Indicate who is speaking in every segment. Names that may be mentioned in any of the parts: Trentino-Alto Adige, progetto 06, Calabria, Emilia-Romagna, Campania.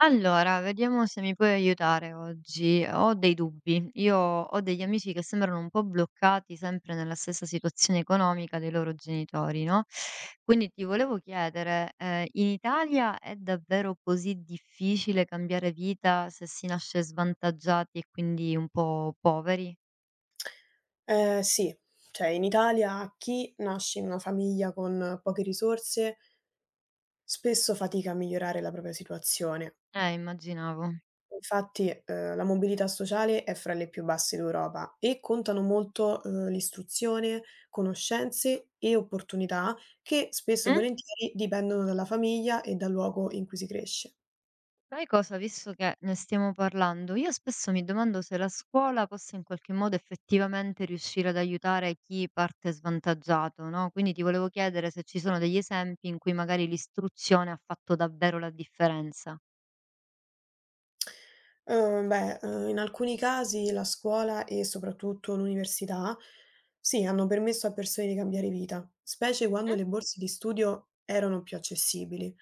Speaker 1: Allora, vediamo se mi puoi aiutare oggi. Ho dei dubbi. Io ho degli amici che sembrano un po' bloccati sempre nella stessa situazione economica dei loro genitori, no? Quindi ti volevo chiedere, in Italia è davvero così difficile cambiare vita se si nasce svantaggiati e quindi un po' poveri?
Speaker 2: Sì. Cioè in Italia chi nasce in una famiglia con poche risorse spesso fatica a migliorare la propria situazione.
Speaker 1: Immaginavo.
Speaker 2: Infatti, la mobilità sociale è fra le più basse d'Europa e contano molto, l'istruzione, conoscenze e opportunità che spesso e
Speaker 1: Mm?
Speaker 2: volentieri dipendono dalla famiglia e dal luogo in cui si cresce.
Speaker 1: Sai cosa? Visto che ne stiamo parlando, io spesso mi domando se la scuola possa in qualche modo effettivamente riuscire ad aiutare chi parte svantaggiato, no? Quindi ti volevo chiedere se ci sono degli esempi in cui magari l'istruzione ha fatto davvero la differenza.
Speaker 2: Beh, in alcuni casi la scuola e soprattutto l'università, sì, hanno permesso a persone di cambiare vita, specie quando
Speaker 1: Mm?
Speaker 2: le borse di studio erano più accessibili.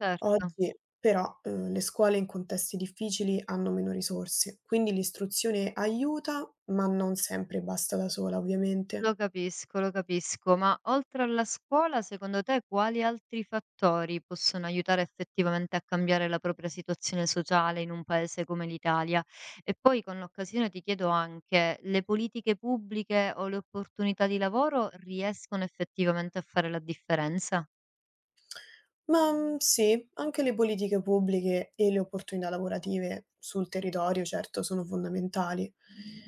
Speaker 1: Certo.
Speaker 2: Oggi però, le scuole in contesti difficili hanno meno risorse, quindi l'istruzione aiuta, ma non sempre basta da sola, ovviamente.
Speaker 1: Lo capisco, ma oltre alla scuola, secondo te quali altri fattori possono aiutare effettivamente a cambiare la propria situazione sociale in un paese come l'Italia? E poi con l'occasione ti chiedo anche, le politiche pubbliche o le opportunità di lavoro riescono effettivamente a fare la differenza?
Speaker 2: Ma, sì, anche le politiche pubbliche e le opportunità lavorative sul territorio certo sono fondamentali.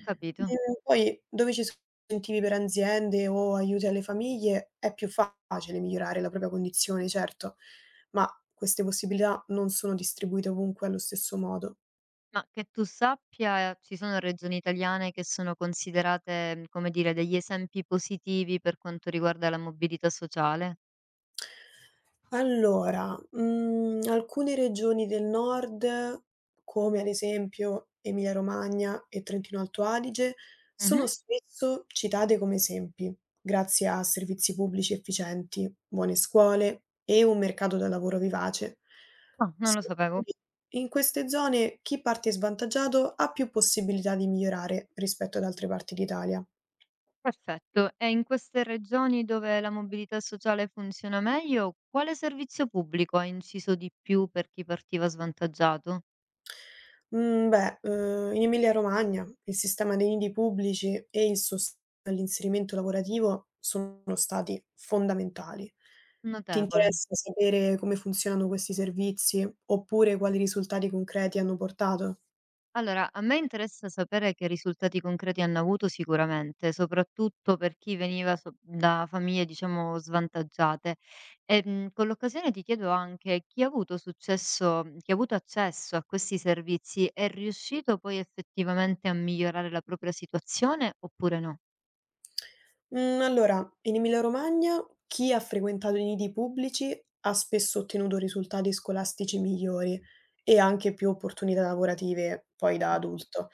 Speaker 1: Capito.
Speaker 2: Poi dove ci sono incentivi per aziende o aiuti alle famiglie è più facile migliorare la propria condizione, certo, ma queste possibilità non sono distribuite ovunque allo stesso modo.
Speaker 1: Ma che tu sappia, ci sono regioni italiane che sono considerate, come dire, degli esempi positivi per quanto riguarda la mobilità sociale?
Speaker 2: Allora, alcune regioni del nord, come ad esempio Emilia-Romagna e Trentino-Alto Adige, sono
Speaker 1: Mhm.
Speaker 2: spesso citate come esempi, grazie a servizi pubblici efficienti, buone scuole e un mercato del lavoro vivace.
Speaker 1: Ah, non
Speaker 2: Sì,
Speaker 1: lo sapevo.
Speaker 2: quindi in queste zone chi parte svantaggiato ha più possibilità di migliorare rispetto ad altre parti d'Italia.
Speaker 1: Perfetto. E in queste regioni dove la mobilità sociale funziona meglio, quale servizio pubblico ha inciso di più per chi partiva svantaggiato?
Speaker 2: Mhmm, Beh, in Emilia Romagna il sistema dei nidi pubblici e il sostegno all'inserimento lavorativo sono stati fondamentali. Ti
Speaker 1: Notevole.
Speaker 2: interessa sapere come funzionano questi servizi, oppure quali risultati concreti hanno portato?
Speaker 1: Allora, a me interessa sapere che risultati concreti hanno avuto sicuramente, soprattutto per chi veniva da famiglie, diciamo, svantaggiate. E, con l'occasione ti chiedo anche chi ha avuto successo, chi ha avuto accesso a questi servizi è riuscito poi effettivamente a migliorare la propria situazione oppure no?
Speaker 2: Mhmm, allora, in Emilia-Romagna chi ha frequentato i nidi pubblici ha spesso ottenuto risultati scolastici migliori e anche più opportunità lavorative poi da adulto.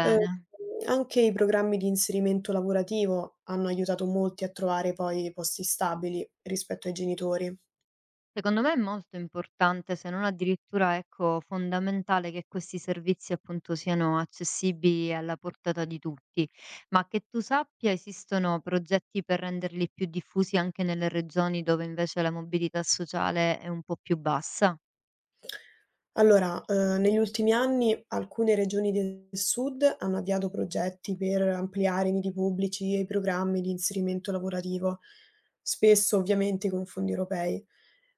Speaker 2: Uhm, Anche i programmi di inserimento lavorativo hanno aiutato molti a trovare poi posti stabili rispetto ai genitori.
Speaker 1: Secondo me è molto importante, se non addirittura, ecco, fondamentale che questi servizi appunto siano accessibili e alla portata di tutti, ma che tu sappia esistono progetti per renderli più diffusi anche nelle regioni dove invece la mobilità sociale è un po' più bassa?
Speaker 2: Allora, negli ultimi anni alcune regioni del sud hanno avviato progetti per ampliare i nidi pubblici e i programmi di inserimento lavorativo, spesso ovviamente con fondi europei,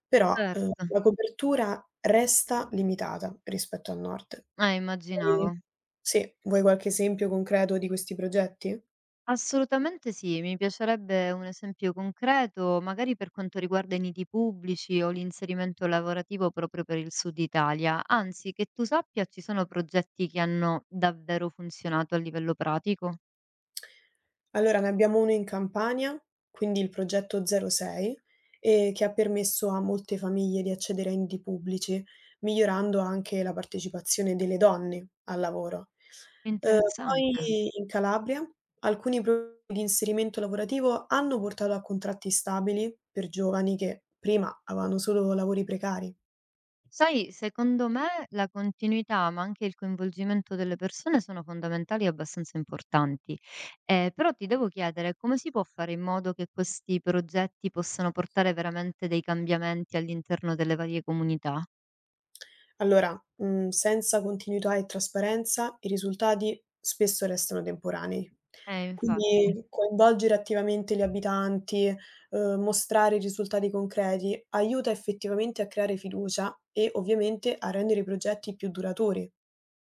Speaker 2: però,
Speaker 1: Certo,
Speaker 2: la copertura resta limitata rispetto al nord.
Speaker 1: immaginavo.
Speaker 2: Vuoi Sì, vuoi qualche esempio concreto di questi progetti?
Speaker 1: Assolutamente sì, mi piacerebbe un esempio concreto, magari per quanto riguarda i nidi pubblici o l'inserimento lavorativo proprio per il Sud Italia. Anzi, che tu sappia, ci sono progetti che hanno davvero funzionato a livello pratico.
Speaker 2: Allora, ne abbiamo uno in Campania, quindi il progetto 06, che ha permesso a molte famiglie di accedere a enti pubblici, migliorando anche la partecipazione delle donne al lavoro.
Speaker 1: Interessante.
Speaker 2: Poi in Calabria alcuni pro di inserimento lavorativo hanno portato a contratti stabili per giovani che prima avevano solo lavori precari.
Speaker 1: Sai, secondo me la continuità, ma anche il coinvolgimento delle persone sono fondamentali e abbastanza importanti. Però ti devo chiedere come si può fare in modo che questi progetti possano portare veramente dei cambiamenti all'interno delle varie comunità?
Speaker 2: Allora, senza continuità e trasparenza i risultati spesso restano temporanei.
Speaker 1: Infatti.
Speaker 2: Quindi coinvolgere attivamente gli abitanti, mostrare i risultati concreti, aiuta effettivamente a creare fiducia e ovviamente a rendere i progetti più duraturi,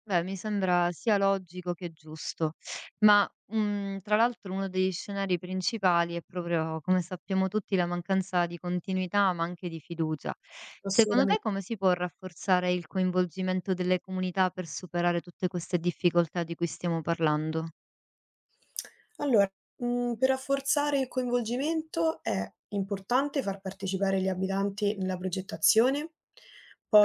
Speaker 1: Beh, mi sembra sia logico che giusto. Ma, tra l'altro uno degli scenari principali è proprio, come sappiamo tutti, la mancanza di continuità, ma anche di fiducia. Secondo te
Speaker 2: assolutamente.
Speaker 1: come si può rafforzare il coinvolgimento delle comunità per superare tutte queste difficoltà di cui stiamo parlando?
Speaker 2: Allora, per rafforzare il coinvolgimento è importante far partecipare gli abitanti nella progettazione,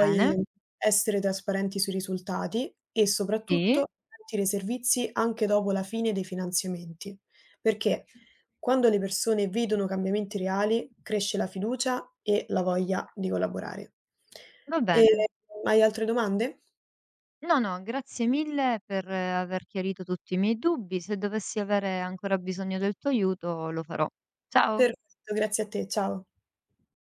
Speaker 1: Bene,
Speaker 2: essere trasparenti sui risultati e
Speaker 1: sì,
Speaker 2: soprattutto garantire servizi anche dopo la fine dei finanziamenti, perché quando le persone vedono cambiamenti reali cresce la fiducia e la voglia di collaborare.
Speaker 1: va
Speaker 2: Ehm,
Speaker 1: bene.
Speaker 2: Hai altre domande?
Speaker 1: No, no, grazie mille per aver chiarito tutti i miei dubbi. Se dovessi avere ancora bisogno del tuo aiuto, lo farò. Ciao.
Speaker 2: Perfetto, grazie a te, ciao.